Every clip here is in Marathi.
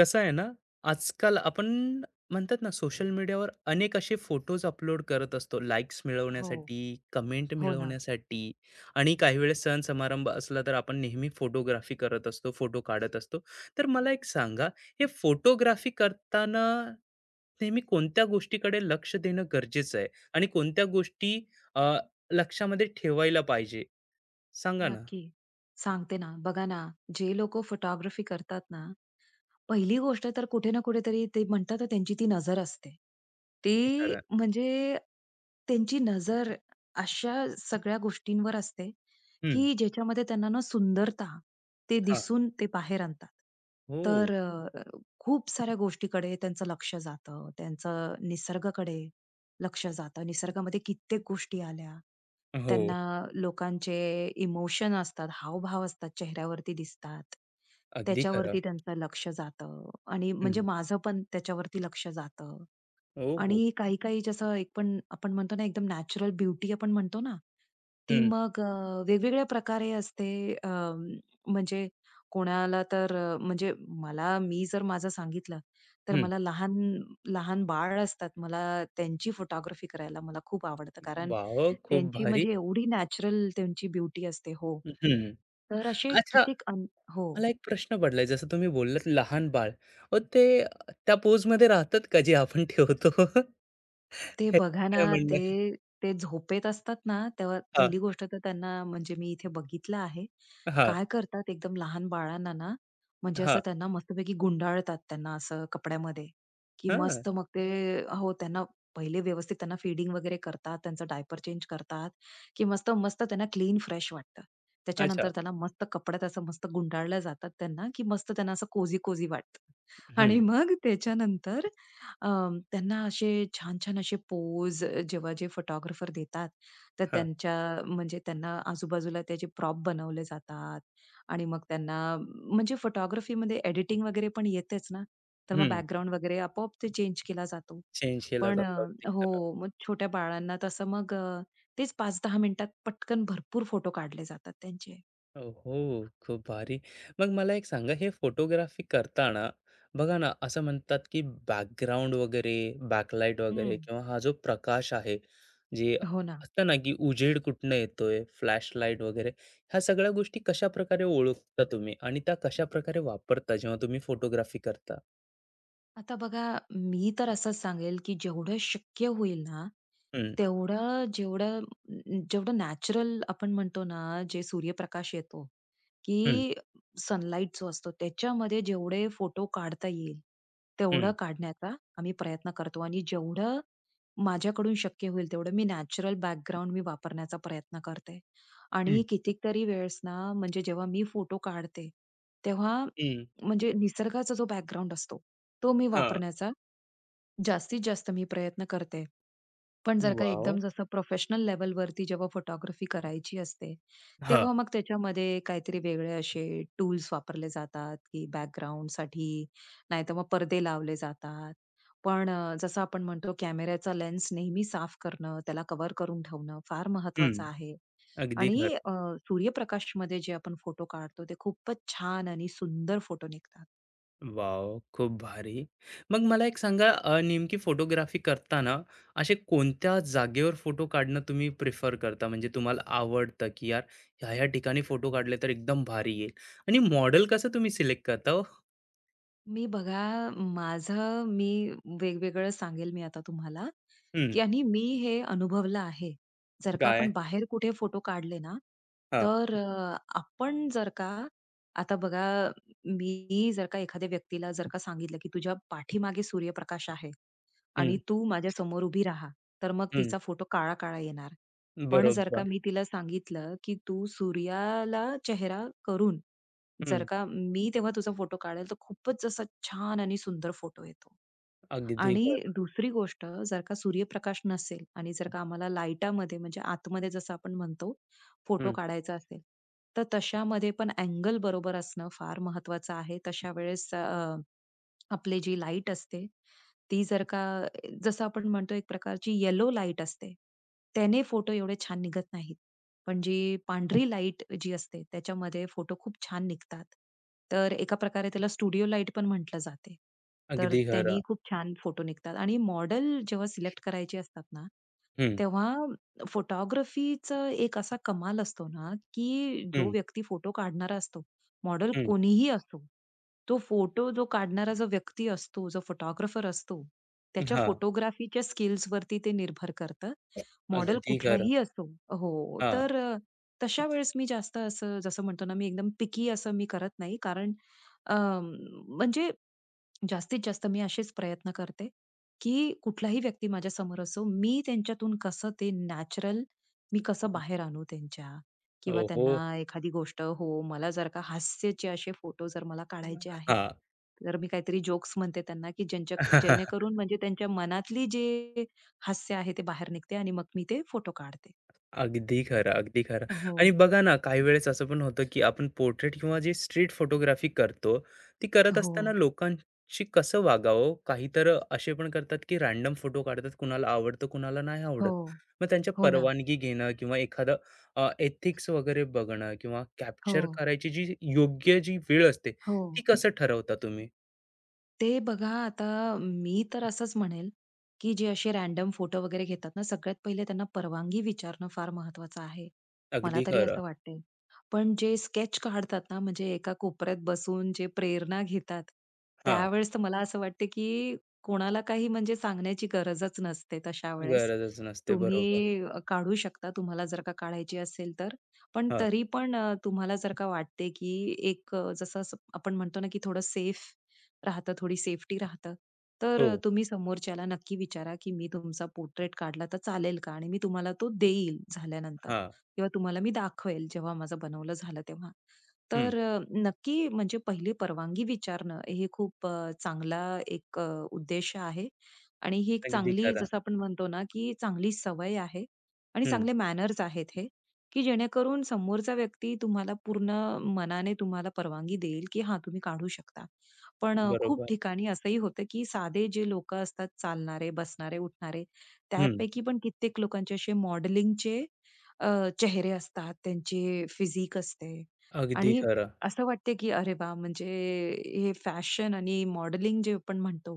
कसं आहे ना, आजकाल आपण म्हणतात ना, सोशल मीडियावर अनेक असे फोटोज अपलोड करत असतो. लाईक्स हो, मिळवण्यासाठी, कमेंट हो ना. मिळवण्यासाठी आणि काही वेळेस सण समारंभ असला तर आपण नेहमी फोटोग्राफी करत असतो, फोटो काढत असतो. तर मला एक सांगा, हे फोटोग्राफी करताना नेहमी कोणत्या गोष्टीकडे लक्ष देणं गरजेचं आहे आणि कोणत्या गोष्टी अ, लक्षामध्ये ठेवायला पाहिजे? सांगा ना? नक्की. सांगते ना. बघा ना, जे लोकं फोटोग्राफी करतात ना, पहिली गोष्ट तर कुठे ना कुठेतरी ते म्हणतात ना, त्यांची ती नजर असते. ती अगदी खरं. म्हणजे त्यांची नजर अशा सगळ्या गोष्टींवर असते, हं. की ज्याच्यामध्ये त्यांना ना सुंदरता ते हां. दिसून ते बाहेर आणतात. हो. तर खूप साऱ्या गोष्टीकडे त्यांचं लक्ष जातं. त्यांचं निसर्गाकडे लक्ष जातं. निसर्गामध्ये कित्येक गोष्टी आल्या. हो. त्यांना लोकांचे इमोशन असतात, हावभाव असतात, चेहऱ्यावरती दिसतात. अगदी खरं. त्याच्यावरती त्यांचं लक्ष जातं आणि म्हणजे हं. माझं पण त्याच्यावरती लक्ष जातं. हो, हो. आणि काही-काही जसं एक पण आपण म्हणतो ना एकदम नॅचरल ब्युटी आपण म्हणतो ना, ती हं, मग वेगवेगळ्या प्रकारे असते. म्हणजे कोणाला तर म्हणजे मला मी जर माझं सांगितलं, तर हं. मला लहान लहान बाळ असतात, मला त्यांची फोटोग्राफी करायला मला खूप आवडतं. कारण वॉव! खूप त्यांची भारी. म्हणजे एवढी नॅचरल त्यांची ब्युटी असते. हो. हं. तर असे अच्छा, कितीक अन हो. मला एक प्रश्न पडलाय, जसं तुम्ही बोललात लहान बाळ. मग ते त्या पोजमध्ये राहतात का जे आपण ठेवतो? ते ह्याच्यात बघा ना, काय म्हणणं ते आहे? ते झोपेत असतात ना, तेव्हा हां, पहिली गोष्ट तर त्यांना म्हणजे मी इथे बघितलं आहे. हां, काय करतात एकदम लहान बाळांना ना, म्हणजे हां. असं त्यांना मस्तपैकी गुंडाळतात त्यांना असं कपड्यामध्ये, की हां, मस्त मग ते हो, त्यांना पहिले व्यवस्थित त्यांना फीडिंग वगैरे करतात, त्यांचं डायपर चेंज करतात, की मस्त मस्त त्यांना क्लीन फ्रेश वाटतं. अच्छा. त्याच्यानंतर त्याला मस्त कपड्यात असं मस्त गुंडाळल्या जातात त्यांना, की मस्त त्यांना असं कोझी-कोझी वाटतं हं, आणि मग त्याच्यानंतर त्यांना असे छान-छान असे पोज जेव्हा जे फोटोग्राफर देतात, तर हां, त्यांच्या म्हणजे त्यांना आजूबाजूला त्याचे प्रॉप बनवले जातात आणि मग त्यांना म्हणजे फोटोग्राफीमध्ये एडिटिंग वगैरे पण येतेच ना, तर मग हं. बॅकग्राऊंड वगैरे आपोआप ते चेंज केला जातो. चेंज केला पण जातो. अगदी खरं. हो, मग छोट्या बाळांना तसं मग तेच 5-10 मिनिटात पटकन भरपूर फोटो काढले जातात त्यांचे. हो, खूप भारी. मग मला एक सांगा, हे फोटोग्राफी करताना बघा ना, असं म्हणतात की बॅकग्राऊंड वगैरे, बॅकलाईट वगैरे हं. किंवा हा जो प्रकाश आहे, जे हो ना. असतं ना की उजेड कुठनं येतोय, फ्लॅशलाईट वगैरे, ह्या सगळ्या गोष्टी कशाप्रकारे ओळखता तुम्ही आणि त्या कशाप्रकारे वापरता जेव्हा तुम्ही फोटोग्राफी करता? आता बघा, मी तर असंच सांगेल, की जेवढं शक्य होईल ना, हं, तेवढं जेवढं जेवढं नॅचरल आपण म्हणतो ना, जे सूर्यप्रकाश येतो, हं, की सनलाईट जो असतो, त्याच्यामध्ये जेवढे फोटो काढता येईल, तेवढं हं, काढण्याचा आम्ही प्रयत्न करतो आणि जेवढं माझ्याकडून शक्य होईल, तेवढं मी नॅचरल बॅकग्राऊंड मी वापरण्याचा प्रयत्न करते. आणि हं. कितीतरी वेळेस ना, म्हणजे जेव्हा मी फोटो काढते, तेव्हा हं. म्हणजे निसर्गाचा जो बॅकग्राऊंड असतो, तो मी हां. वापरण्याचा जास्तीत जास्त मी प्रयत्न करते. पण जर का वॉव! एकदम जसं प्रोफेशनल लेव्हलवरती जेव्हा फोटोग्राफी करायची असते, हां. तेव्हा मग त्याच्यामध्ये काहीतरी वेगळे असे टूल्स वापरले जातात, की बॅकग्राऊंडसाठी, नाहीतर मग पडदे लावले जातात. पण जसं आपण म्हणतो कॅमेऱ्याचा लेन्स नेहमी साफ करणं, त्याला कव्हर करून ठेवणं फार हं. महत्वाचं आहे. अगदी आणि खरं. अ, सूर्यप्रकाशमध्ये जे आपण फोटो काढतो, ते खूपच छान आणि सुंदर फोटो निघतात. वॉव! खूप भारी. मग मला एक सांगा नेमकी फोटोग्राफी करताना असे कोणत्या जागेवर फोटो काढणं तुम्ही प्रिफर करता? म्हणजे तुम्हाला आवडतं, की यार ह्या-ह्या ठिकाणी फोटो काढले तर एकदम भारी येईल आणि मॉडेल कसं तुम्ही सिलेक्ट करता हो? मी बघा, माझं मी वेगवेगळं सांगेल मी आता तुम्हाला, हं. की आणि मी हे अनुभवलं आहे. जर का काय? आपण बाहेर कुठे फोटो काढले ना, हां. तर आपण जर का आता बघा, मी जर का एखाद्या व्यक्तीला जर का सांगितलं, की "तुझ्या पाठीमागे सूर्यप्रकाश आहे आणि हं, तू माझ्यासमोर उभी राहा." तर मग हं. तिचा फोटो काळा-काळा येणार. पण जर का बरोबर. मी तिला सांगितलं, की "तू सूर्याला चेहरा करून जर हं. का मी तेव्हा तुझा फोटो काढेल, तर खूपच जसा छान आणि सुंदर फोटो येतो. अगदी आणि खरं. दुसरी गोष्ट जर का सूर्यप्रकाश नसेल आणि जर का आम्हाला लाईटामध्ये म्हणजे आतमध्ये जसं आपण म्हणतो फोटो हं. काढायचा असेल, तर तशामध्ये पण अँगल बरोबर असणं फार महत्वाचं आहे. तशा वेळेस आपली जी लाईट असते, ती जर का जसं आपण म्हणतो एक प्रकारची येलो लाईट असते, त्याने फोटो एवढे छान निघत नाहीत. पण जी पांढरी लाईट जी असते, त्याच्यामध्ये फोटो खूप छान निघतात. तर एका प्रकारे त्याला स्टुडिओ लाईट पण म्हटलं जाते. तर अगदी खरं. त्यांनी खूप छान फोटो निघतात आणि मॉडेल जेव्हा सिलेक्ट करायचे असतात ना, हं, तेव्हा फोटोग्राफीचं एक असा कमाल असतो ना, की जो हं, व्यक्ती फोटो काढणारा असतो मॉडेल हं. कोणीही असो, तो फोटो जो काढणारा जो व्यक्ती असतो, जो फोटोग्राफर असतो, त्याच्या हां. फोटोग्राफीच्या स्किल्सवरती ते निर्भर करतं. मॉडेल अगदी खरं. कुठलाही असो हो. हां. तर तशा वेळेस मी जास्त असं जसं म्हणतो ना, मी एकदम पिकी असं मी करत नाही. कारण अ, म्हणजे जास्तीत जास्त मी असेच प्रयत्न करते, की कुठलाही व्यक्ती माझ्यासमोर असो, मी त्यांच्यातून कसं ते नॅचरल मी कसं बाहेर आणू त्यांच्या. किंवा ओहो! त्यांना एखादी गोष्ट हो, मला जर का हास्याचे असे फोटो जर मला काढायचे आहेत, हां. तर मी काहीतरी जोक्स म्हणते त्यांना, की ज्यांच्या जेणेकरून म्हणजे त्यांच्या मनातली जे हास्य आहे ते बाहेर निघते आणि मग मी ते फोटो काढते. अगदी खरं, अगदी खरं. हो, आणि बघा ना, काही वेळेस असं पण होतं, की आपण पोर्ट्रेट किंवा जे स्ट्रीट फोटोग्राफी करतो, ती करत हो, असताना लोकांशी कसं वागावं? काही तर असे पण करतात, की रँडम फोटो काढतात. कुणाला आवडतं, कुणाला नाही हो, आवडत. मग त्यांच्या हो ना. परवानगी घेणं किंवा एखादं एथिक्स वगैरे बघणं किंवा हो, कॅप्चर करायची जी योग्य जी वेळ असते, हो. ती कसं ठरवता तुम्ही? ते बघा आता मी तर असंच म्हणेल, की जे असे रॅन्डम फोटो वगैरे घेतात ना, सगळ्यात पहिले त्यांना परवानगी विचारणं फार महत्वाचं आहे. मला अगदी तरी खरं. असं वाटते. पण जे स्केच काढतात ना, म्हणजे एका कोपऱ्यात बसून जे प्रेरणा घेतात, हां, त्यावेळेस तर मला असं वाटते, की कोणाला काही म्हणजे सांगण्याची गरजच नसते तशा वेळेस. गरजच नसते. बरोबर. तुम्ही काढू शकता तुम्हाला जर का काढायची असेल तर. पण हां, तरी पण तुम्हाला जर का वाटते, की एक जसं असं आपण म्हणतो ना, की थोडं सेफ राहतं, थोडी सेफ्टी राहतं. तर हो, तुम्ही समोरच्याला नक्की विचारा, की "मी तुमचा पोर्ट्रेट काढला तर चालेल का? आणि मी तुम्हाला तो देईल झाल्यानंतर हां. किंवा तुम्हाला मी दाखवेल जेव्हा माझं बनवलं झालं तेव्हा." हं, तर नक्की म्हणजे पहिली परवानगी विचारणं हे खूप चांगला एक उद्देश आहे आणि ही एक अगदी चांगली खरं. जसं आपण म्हणतो ना, की चांगली सवय आहे आणि हं, चांगले मॅनर्स आहेत हे, की जेणेकरून समोरचा व्यक्ती तुम्हाला पूर्ण मनाने तुम्हाला परवानगी देईल, की हां, तुम्ही काढू शकता. पण खूप बरोबर. ठिकाणी असंही होतं, की साधे जे लोकं असतात चालणारे, बसणारे, उठणारे, हं. त्यापैकी पण कित्येक लोकांचे असे मॉडेलिंगचे अ, चेहरे असतात, त्यांचे फिजिक असते अगदी आणि खरं. असं वाटते, की अरे वाह! म्हणजे हे फॅशन आणि मॉडेलिंग जे आपण म्हणतो,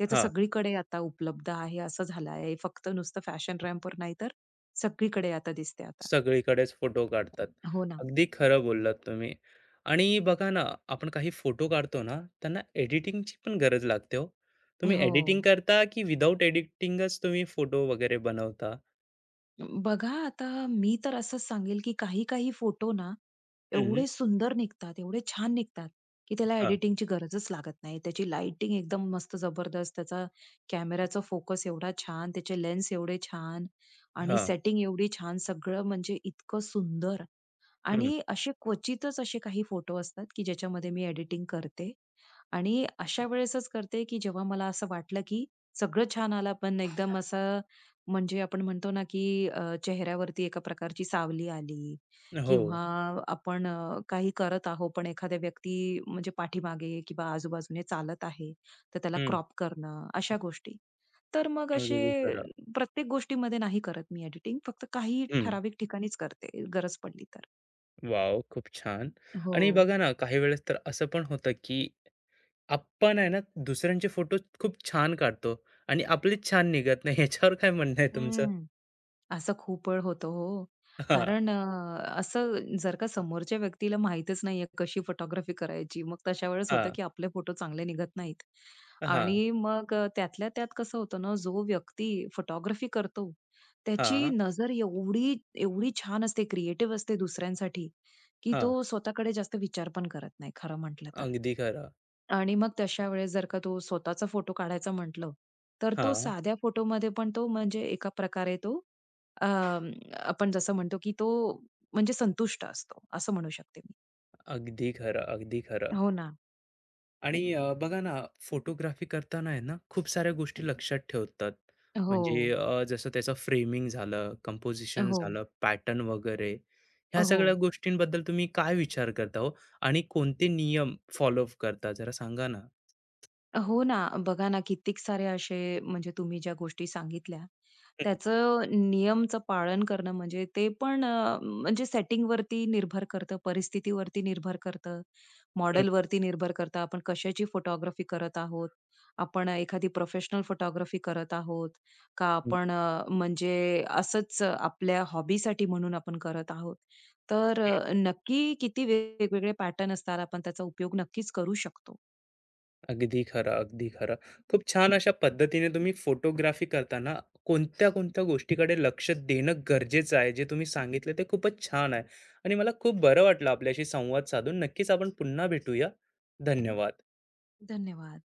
ते तर हां, सगळीकडे आता उपलब्ध आहे, असं झालं आहे. फक्त नुसतं फॅशन रॅम्पवर नाही, तर सगळीकडे आता दिसते आता. सगळीकडेच फोटो काढतात. हो ना. अगदी खरं बोललात तुम्ही. आणि बघा ना, आपण काही फोटो काढतो ना, त्यांना एडिटिंगची पण गरज लागते हो. तुम्ही हो. एडिटिंग करता की विदाऊट एडिटिंगच तुम्ही फोटो वगैरे बनवता? बघा आता मी तर असंच सांगेल, की काही-काही फोटो ना, हं, एवढे सुंदर निघतात, एवढे छान निघतात, की त्याला हां, एडिटिंगची गरजच लागत नाही. त्याची लाइटिंग एकदम मस्त जबरदस्त, त्याचा कॅमेराचा फोकस एवढा छान, त्याचे लेन्स एवढे छान आणि हां, सेटिंग एवढी छान. सगळं म्हणजे इतकं सुंदर हं, आणि असे क्वचितच असे काही फोटो असतात, की ज्याच्यामध्ये मी एडिटिंग करते आणि अशा वेळेसच करते, की जेव्हा मला असं वाटलं, की सगळं छान आलं, पण एकदम असं म्हणजे आपण म्हणतो ना, की चेहऱ्यावरती एका प्रकारची सावली आली हो, किंवा आपण काही करत आहोत, पण एखादा व्यक्ती म्हणजे पाठीमागे किंवा आजूबाजूने चालत आहे, तर त्याला हं, क्रॉप करणं, अशा गोष्टी. तर मग असे अगदी खरं. प्रत्येक गोष्टीमध्ये नाही करत मी एडिटिंग, फक्त काही हं, ठराविक ठिकाणीच करते, गरज पडली तर. वॉव! खूप छान. हो. आणि बघा ना, काही वेळेस तर असं पण होतं की आपण आहे ना, दुसऱ्यांचे फोटो खूप छान काढतो आणि आपलेच छान निघत नाही. ह्याच्यावर काय म्हणणं आहे तुमचं? हं. असं खूप वेळ होतं हो. हां, कारण असं जर का समोरच्या व्यक्तीला माहीतच नाहीये कशी फोटोग्राफी करायची, मग तशा वेळेस होतं हां, की आपले फोटो चांगले निघत नाहीत. हां, आणि मग त्यातल्या त्यात कसं होतं ना, जो व्यक्ती फोटोग्राफी करतो, त्याची हां, नजर एवढी एवढी छान असते, क्रिएटिव्ह असते दुसऱ्यांसाठी, की हां. तो स्वतःकडे जास्त विचार पण करत नाही खरं म्हटलं तर. अगदी खरं. आणि मग तशा वेळेस जर का तो स्वतःचा फोटो काढायचा म्हटलं, तर तो हां, साध्या फोटोमध्ये पण तो म्हणजे एका प्रकारे तो अ, आपण जसं म्हणतो, की तो म्हणजे संतुष्ट असतो, असं म्हणू शकते मी. अगदी खरं, अगदी खरं. हो ना. आणि बघा ना, फोटोग्राफी करताना आहे ना, खूप साऱ्या गोष्टी लक्षात ठेवतात. हो. म्हणजे जसं त्याचं फ्रेमिंग झालं, कंपोझिशन हो. झालं, पॅटर्न वगैरे. ह्या हो. सगळ्या गोष्टींबद्दल तुम्ही काय विचार करता हो? आणि कोणते नियम फॉलो करता जरा सांगा ना? हो ना, बघा ना, कित्येक सारे असे म्हणजे तुम्ही ज्या गोष्टी सांगितल्या, हं, त्याचं नियमचं पालन करणं म्हणजे ते पण म्हणजे setting वरती निर्भर करतं, परिस्थितीवरती निर्भर करतं, हं. मॉडेलवरती निर्भर करतं, आपण कशाची फोटोग्राफी करत आहोत, आपण एखादी प्रोफेशनल फोटोग्राफी करत आहोत का आपण म्हणजे असंच आपल्या हॉबीसाठी म्हणून आपण करत आहोत. तर नक्की किती वेगवेगळे पॅटर्न असतात, आपण त्याचा उपयोग नक्कीच करू शकतो. अगदी खरं, अगदी खरं. खूप छान अशा पद्धतीने तुम्ही फोटोग्राफी करताना कोणत्या-कोणत्या गोष्टीकडे लक्ष देणं गरजेचं आहे, जे तुम्ही सांगितलं ते खूपच छान आहे आणि मला खूप बरं वाटलं आपल्याशी संवाद साधून. नक्कीच आपण पुन्हा भेटूया. धन्यवाद. धन्यवाद.